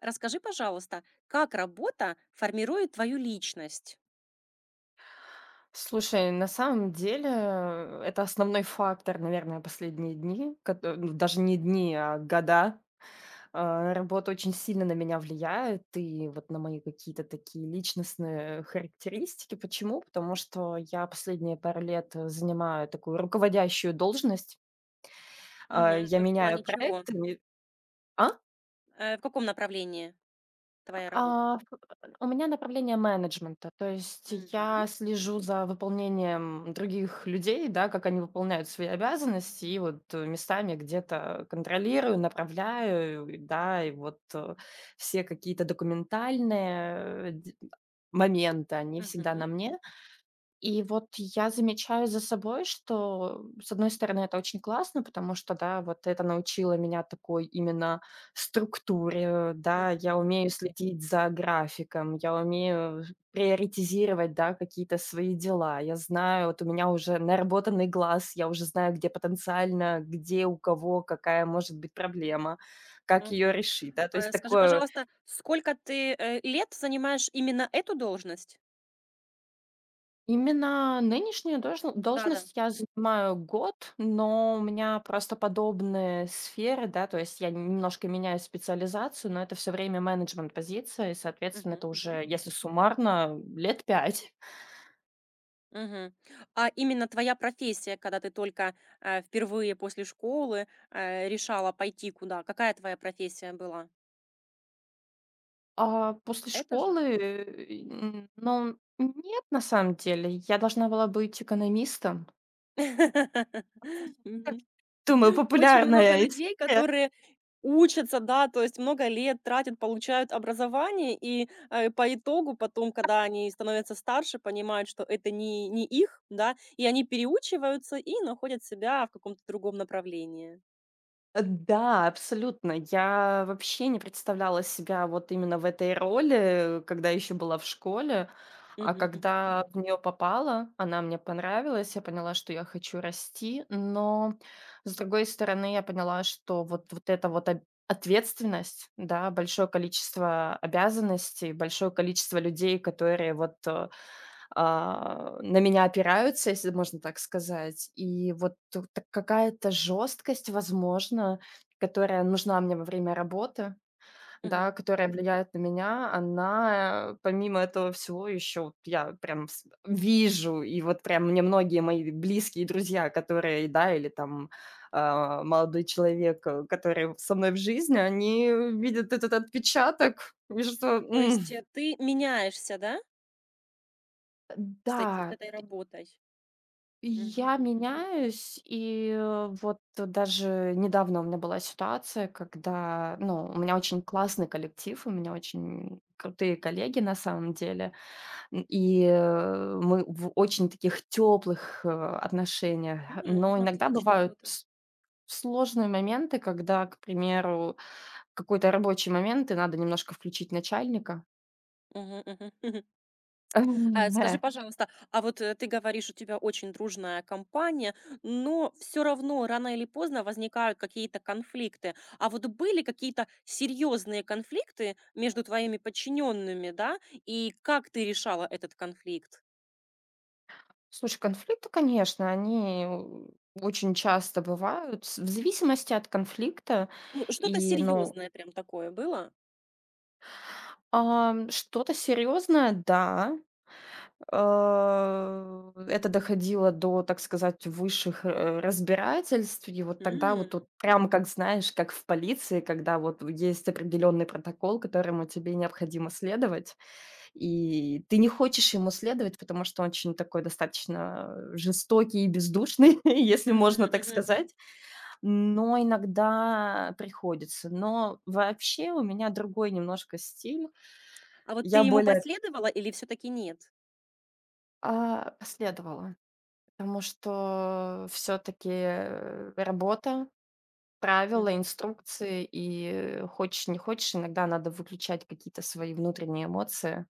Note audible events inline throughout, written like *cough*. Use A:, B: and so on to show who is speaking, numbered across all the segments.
A: Расскажи, пожалуйста, как работа формирует твою личность?
B: Слушай, на самом деле, это основной фактор, наверное, последние дни, кото ну, даже не дни, а года. Работа очень сильно на меня влияет и вот на мои какие-то такие личностные характеристики. Почему? Потому что я последние пару лет, занимаю такую руководящую должность. А,
A: Мгм.
B: я
A: В
B: меняю
A: плане чего?
B: проекты. А?
A: В каком направлении твоя работа?
B: А, ф у меня направление менеджмента, то есть
A: Мгм.
B: я слежу за выполнением других людей, да, как они выполняют свои обязанности, и вот, местами где-то контролирую, направляю, и да, и вот, все какие-то документальные, э, д моменты, они всегда
A: Мгм.
B: на мне. И вот я замечаю за собой, что, с одной стороны, это очень классно, потому что, да, вот это научило меня такой именно структуре, да, я
A: Мгм.
B: умею следить за графиком, я умею приоритизировать, да, какие-то свои дела, я знаю, вот у меня уже наработанный глаз, я уже знаю, где потенциально, где у кого какая может быть проблема, как ее
A: Мгм.
B: решить, да, то есть
A: А скажи,
B: такое.
A: пожалуйста, сколько ты лет занимаешь именно эту должность?
B: Именно нынешнюю должн
A: Да-да.
B: должность я занимаю год, но у меня просто подобные сферы, да, то есть я немножко меняю специализацию, но это все время менеджмент-позиция, и, соответственно, это
A: Мгм. Мгм.
B: уже, если суммарно, лет пять.
A: Мгм. А именно твоя профессия, когда ты только впервые после школы, решала пойти куда? Какая твоя профессия была?
B: После
A: Это
B: школы,
A: же?
B: э, н ну, нет, на самом деле, я должна была быть экономистом.
A: *laughs*
B: *laughs*
A: Мгм.
B: Думаю,
A: Очень много
B: популярная
A: людей,
B: история.
A: которые учатся, да, то есть много лет тратят, получают образование, и по итогу потом, когда они становятся старше, понимают, что это не не их, да, и они переучиваются и находят себя в каком-то другом направлении.
B: Да, абсолютно. Я вообще не представляла себя вот именно в этой роли, когда еще была в школе. А
A: Мгм, мгм,
B: когда в нее попала, она мне понравилась, я поняла, что я хочу расти, но с другой стороны, я поняла, что вот эта вот ответственность, да, большое количество обязанностей, большое количество людей, которые на меня опираются, если можно так сказать. И вот тут та какая-то жесткость, возможно, которая нужна мне во время работы, да,
A: мгм,
B: которая влияет на меня, она, помимо этого всего еще вот я прям с вижу, и вот прям мне многие мои близкие друзья, которые, да, или там, молодой человек, который со мной в жизни, они
A: мгм.
B: видят этот отпечаток и что,
A: То есть ты меняешься, да, с
B: да.
A: этой работой?
B: Я
A: Мгм, мгм.
B: меняюсь, и вот даже недавно у меня была ситуация, когда, ну, у меня очень классный коллектив, у меня очень крутые коллеги на самом деле, и мы в очень таких теплых отношениях. Но иногда
A: Отлично,
B: бывают
A: круто.
B: сложные моменты, когда, к примеру, в какой-то рабочий момент, и надо немножко включить начальника.
A: Мгм, мгм. *laughs* А скажи,
B: *laughs*
A: пожалуйста, а вот ты говоришь, у тебя очень дружная компания, но все равно рано или поздно возникают какие-то конфликты. А вот были какие-то серьезные конфликты между твоими подчиненными, да? И как ты решала этот конфликт?
B: Слушай, конфликты, конечно, они у очень часто бывают с в зависимости от конфликта.
A: Ну, что-то
B: И, ну,
A: серьезное прям такое было?
B: что-то серьезное, да. Это доходило до, так сказать, высших, разбирательств. И вот тогда вот
A: М.
B: тут прям как, знаешь, как в полиции, когда вот есть определенный протокол, которому тебе необходимо следовать. И ты не хочешь ему следовать, потому что он очень такой достаточно, жестокий и бездушный, *laughs* если
A: Мгм,
B: можно так
A: мгм.
B: сказать, но иногда приходится. Но вообще у меня другой немножко стиль.
A: А вот ты
B: Я
A: ему
B: более,
A: последовала или все таки нет?
B: последовала, потому что все таки работа, правила,
A: Мгм.
B: инструкции, и хочешь не хочешь, иногда надо выключать какие-то свои внутренние эмоции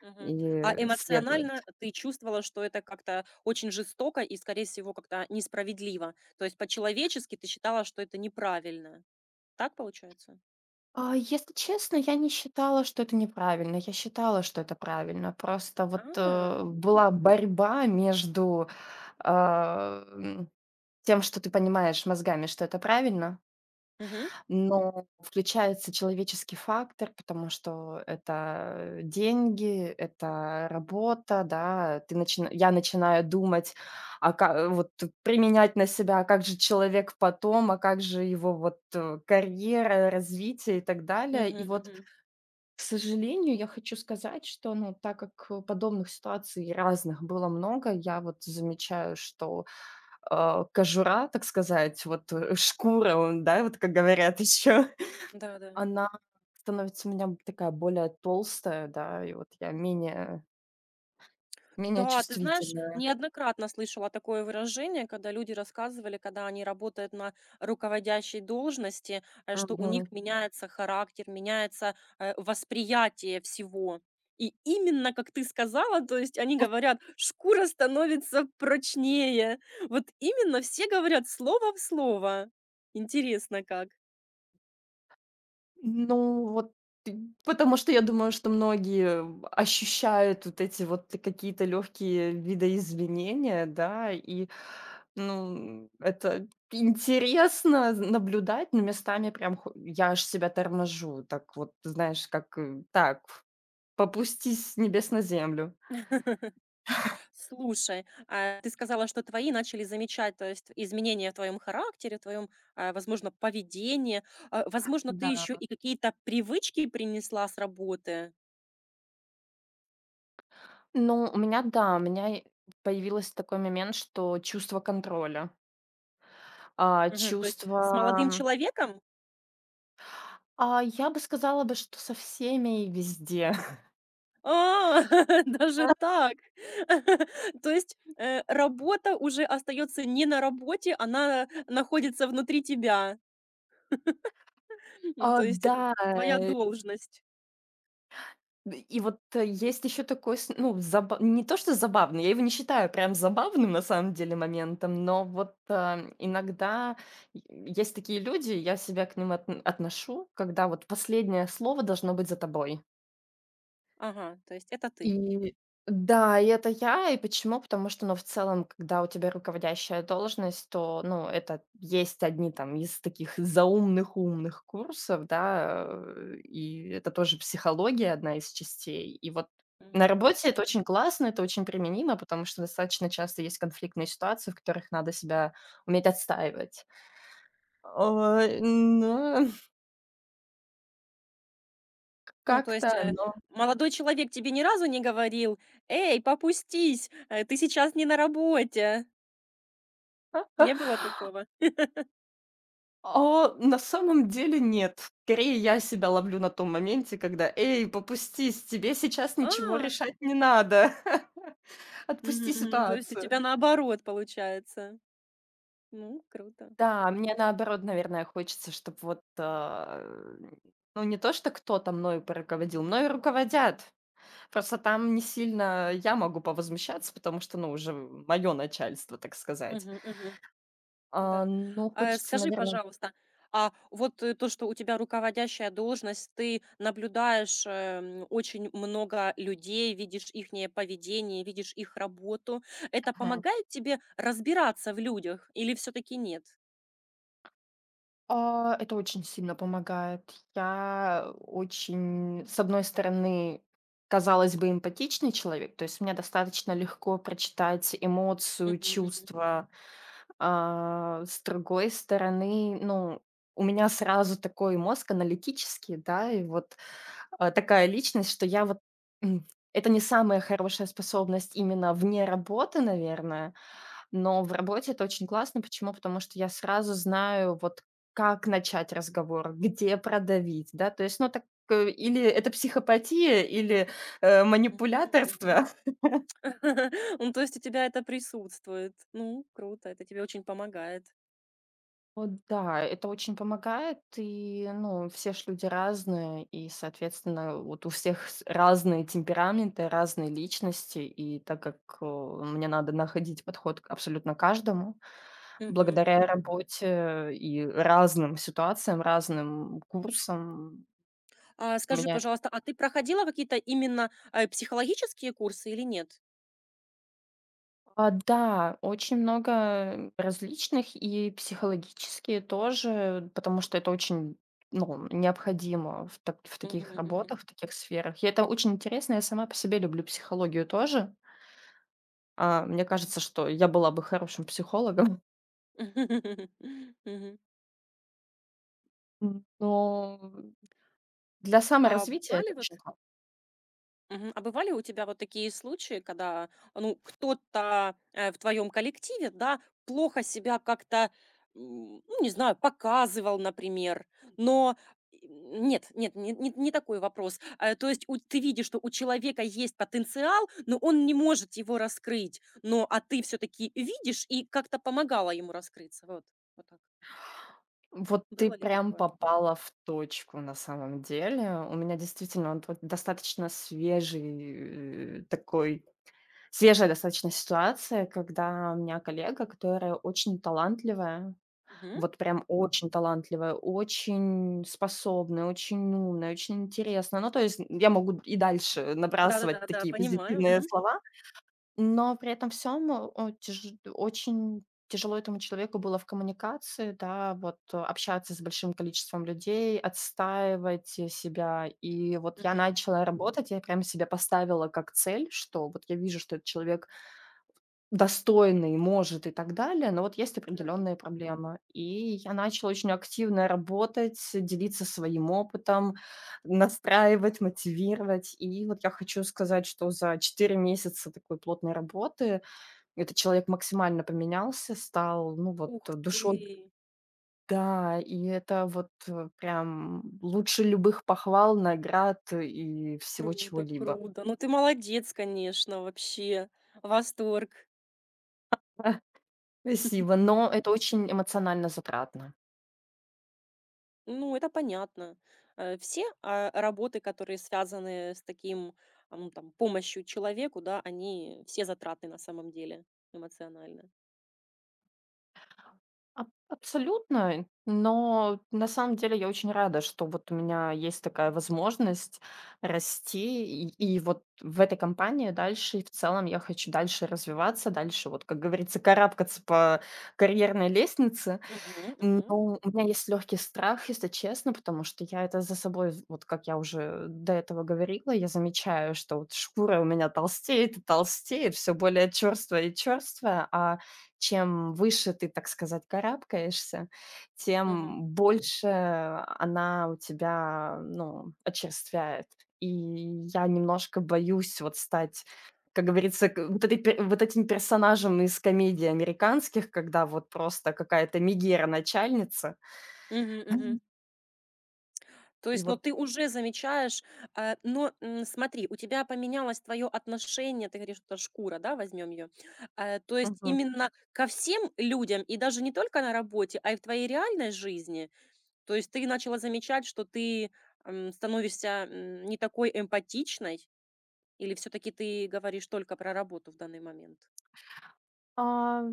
A: Мгм. А
B: и следовать.
A: эмоционально ты чувствовала, что это как-то очень жестоко и, скорее всего, как-то несправедливо? То есть по-человечески ты считала, что это неправильно. Так получается?
B: Если честно, я не считала, что это неправильно. Я считала, что это правильно. Просто вот,
A: А,
B: была борьба между, а, м, тем, что ты понимаешь мозгами, что это правильно,
A: мгм,
B: но включается человеческий фактор, потому что это деньги, это работа, да. Ты начина я начинаю думать, а ка вот применять на себя, а как же человек потом, а как же его вот, карьера, развитие и так далее.
A: мгм,
B: И вот,
A: мгм.
B: к сожалению, я хочу сказать, что, ну, так как, подобных ситуаций разных было много, я вот замечаю, что, кожура, так сказать, вот, шкура, да, вот как говорят еще, *laughs*
A: Да-да.
B: она становится у меня б такая более толстая, да, и вот я менее
A: Да, ты знаешь,
B: чувствительная.
A: неоднократно слышала такое выражение, когда люди рассказывали, когда они работают на руководящей должности, что у них меняется характер, меняется восприятие всего. И именно, как ты сказала, то есть они говорят, шкура становится прочнее. Вот именно все говорят слово в слово. Интересно как.
B: Ну, вот ты потому что я думаю, что многие ощущают вот эти вот какие-то легкие видоизменения, да, и, ну, это интересно наблюдать, но местами прям хо я аж себя торможу. Так вот, знаешь, как, попустись с небес на землю.
A: *laughs* Слушай, а ты сказала, что твои начали замечать, то есть изменения в твоем характере, в твоем, возможно, поведении. Возможно, ты еще
B: Да.
A: и какие-то привычки принесла с работы.
B: Ну, у меня, да, у меня и появилось такой момент, что чувство контроля,
A: Мгм. То есть с молодым
B: чувство.
A: человеком?
B: Я бы сказала бы, что со всеми и везде. *laughs*
A: А, *laughs* даже так. *laughs* То есть работа уже остается не на работе, она находится внутри тебя. *laughs* То есть это твоя
B: Э,
A: должность.
B: и вот, есть еще такой, с ну, заба не то что забавный, я его не считаю прям забавным на самом деле моментом, но вот, иногда е есть такие люди, я себя к ним отношу, когда вот последнее слово должно быть за тобой.
A: Ага, то есть это ты.
B: И да, и это я. И почему? Потому что, ну, в целом, когда у тебя руководящая должность, то, ну, это есть одни там из таких заумных умных курсов, да, и это тоже психология одна из частей. И вот на
A: Мгм.
B: работе это очень классно, это очень применимо, потому что достаточно часто есть конфликтные ситуации, в которых надо себя уметь отстаивать. Ой, но *laughs*
A: Ну, то есть
B: как-то но.
A: молодой человек тебе ни разу не говорил: "Эй, попустись, ты сейчас не на работе". Не
B: *laughs*
A: было такого?
B: На самом деле нет. Скорее, я себя ловлю на том моменте, когда: "Эй, попустись, тебе сейчас ничего
A: А,
B: решать не надо. *laughs*
A: мгм,
B: Отпусти
A: мгм. То есть у
B: ситуацию".
A: тебя наоборот получается. Ну, круто.
B: Да, мне наоборот, наверное, хочется, чтобы вот, ну, не то, что кто-то мною руководил, мною руководят. Просто там не сильно я могу повозмущаться, потому что, ну, уже мое начальство, так сказать.
A: Мгм, мгм.
B: А,
A: Да.
B: ну,
A: А
B: хочется,
A: скажи,
B: наверное.
A: пожалуйста, а вот то, что у тебя руководящая должность, ты наблюдаешь, очень много людей, видишь ихнее поведение, видишь их работу. Это помогает тебе разбираться в людях или все таки нет?
B: Это очень сильно помогает. Я очень, с одной стороны, казалось бы, эмпатичный человек, то есть мне достаточно легко прочитать эмоцию,
A: Мгм, мгм.
B: чувства. С другой стороны, ну, у меня сразу такой мозг аналитический, да, и вот такая личность, что я вот... м, Это не самая хорошая способность именно вне работы, наверное, но в работе это очень классно. Почему? Потому что я сразу знаю, вот как начать разговор, где продавить, да? То есть, ну, так, или это психопатия, или,
A: Мгм, мгм.
B: манипуляторство. *laughs*
A: *laughs* Ну, то есть у тебя это присутствует. Ну, круто, это тебе очень помогает.
B: Вот да, это очень помогает. И, ну, все ж люди разные, и, соответственно, вот у всех с разные темпераменты, разные личности. И так как, мне надо находить подход к абсолютно каждому,
A: Мгм,
B: благодаря Мгм.
A: мгм.
B: Работе и разным ситуациям, разным курсам,
A: А
B: у
A: скажи,
B: меня
A: пожалуйста, а ты проходила какие-то именно психологические курсы или нет?
B: А, да, очень много различных и психологические тоже, потому что это очень, ну, необходимо в таких
A: Мгм, мгм.
B: работах, в таких сферах. И это очень интересно. Я сама по себе люблю психологию тоже. Мне кажется, что я была бы хорошим психологом,
A: *laughs* Мгм.
B: *laughs* но для
A: А
B: саморазвития
A: бывали
B: это
A: вот
B: очень ка
A: Мгм. А бывали у тебя вот такие случаи, когда, ну, кто-то, в твоем коллективе, да, плохо себя как-то, ну, не знаю, показывал, например, но и нет нет, не не не такой вопрос. То есть у ты видишь, что у человека есть потенциал, но он не может его раскрыть, но, а ты все таки видишь и как-то помогала ему раскрыться. Вот так.
B: Вот ты
A: Было ли
B: прям
A: такое?
B: попала в точку на самом деле. У меня действительно он вот достаточно свежий, такой. Свежая достаточно ситуация, когда у меня коллега, которая очень талантливая,
A: Мгм.
B: вот прям очень талантливая, очень способная, очень умная, очень интересная. Ну, то есть я
A: Да.
B: могу и дальше
A: Да-да-да,
B: набрасывать
A: да, да,
B: такие
A: понимаю.
B: позитивные
A: Мгм.
B: слова, но при этом всем очень тяжело этому человеку было в коммуникации, да, вот, общаться с большим количеством людей, отстаивать себя. И вот я
A: Мгм.
B: начала работать, я прям себе поставила как цель, что вот я вижу, что этот человек достойный, может и так далее, но вот есть
A: Да.
B: определенные проблемы. И я начала очень активно работать, делиться своим опытом, настраивать, мотивировать. И вот я хочу сказать, что за 4 месяца такой плотной работы этот человек максимально поменялся, стал, ну вот,
A: Ух ты!
B: душой. Да, и это вот, прям лучше любых похвал, наград и всего
A: Круто,
B: чего-либо.
A: круто. Ну, ты молодец, конечно, вообще. Восторг.
B: *laughs* Спасибо, но это очень эмоционально затратно.
A: Ну, это понятно. Все работы, которые связаны с таким, ну, там, помощью человеку, да, они все затратны на самом деле эмоционально.
B: Аб абсолютно, но на самом деле я очень рада, что вот у меня есть такая возможность расти, и вот в этой компании дальше, и в целом я хочу дальше развиваться, дальше вот, как говорится, карабкаться по карьерной лестнице.
A: Мгм,
B: Ну,
A: мгм,
B: у меня есть легкий страх, если честно, потому что я это за собой, з вот как я уже до этого говорила, я замечаю, что вот шкура у меня толстеет и толстеет, всё более чёрствая и чёрствая, а чем выше ты, так сказать, карабкаешься,
A: мгм,
B: тем больше она у тебя, ну, очерствяет. И я немножко боюсь вот стать, как говорится, к вот этой пе вот этим персонажем из комедий американских, когда вот просто какая-то мегера-начальница. *laughs*
A: мгм. То
B: И
A: есть, но
B: вот,
A: ты уже замечаешь, но, смотри, у тебя поменялось твое отношение, ты говоришь, это шкура, да, возьмем ее. То есть
B: мгм.
A: именно ко всем людям, и даже не только на работе, а и в твоей реальной жизни. То есть ты начала замечать, что ты становишься не такой эмпатичной, или все-таки ты говоришь только про работу в данный момент?
B: А,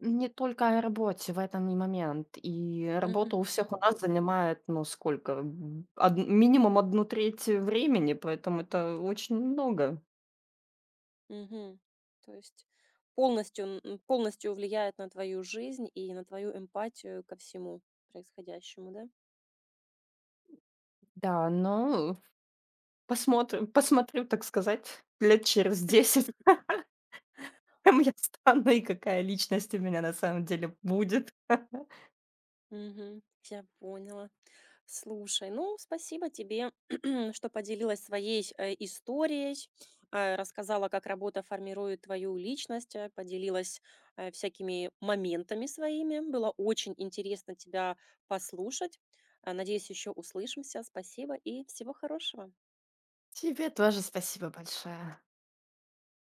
B: не только о работе, в этом и момент. И
A: Мгм,
B: работа у всех у
A: мгм.
B: нас занимает, ну, сколько, м, од минимум одну треть времени, поэтому это очень много.
A: Мгм. То есть полностью полностью влияет на твою жизнь и на твою эмпатию ко всему происходящему, да?
B: Да, но посмотрим посмотрю, так сказать, лет через 10, *laughs* кем я стану и какая личность у меня на самом деле будет.
A: Мгм. Я поняла. Слушай, ну, спасибо тебе, *clears throat* что поделилась своей историей, рассказала, как работа формирует твою личность, поделилась, всякими моментами своими. Было очень интересно тебя послушать. Надеюсь, еще услышимся. Спасибо и всего хорошего.
B: Тебе тоже спасибо большое.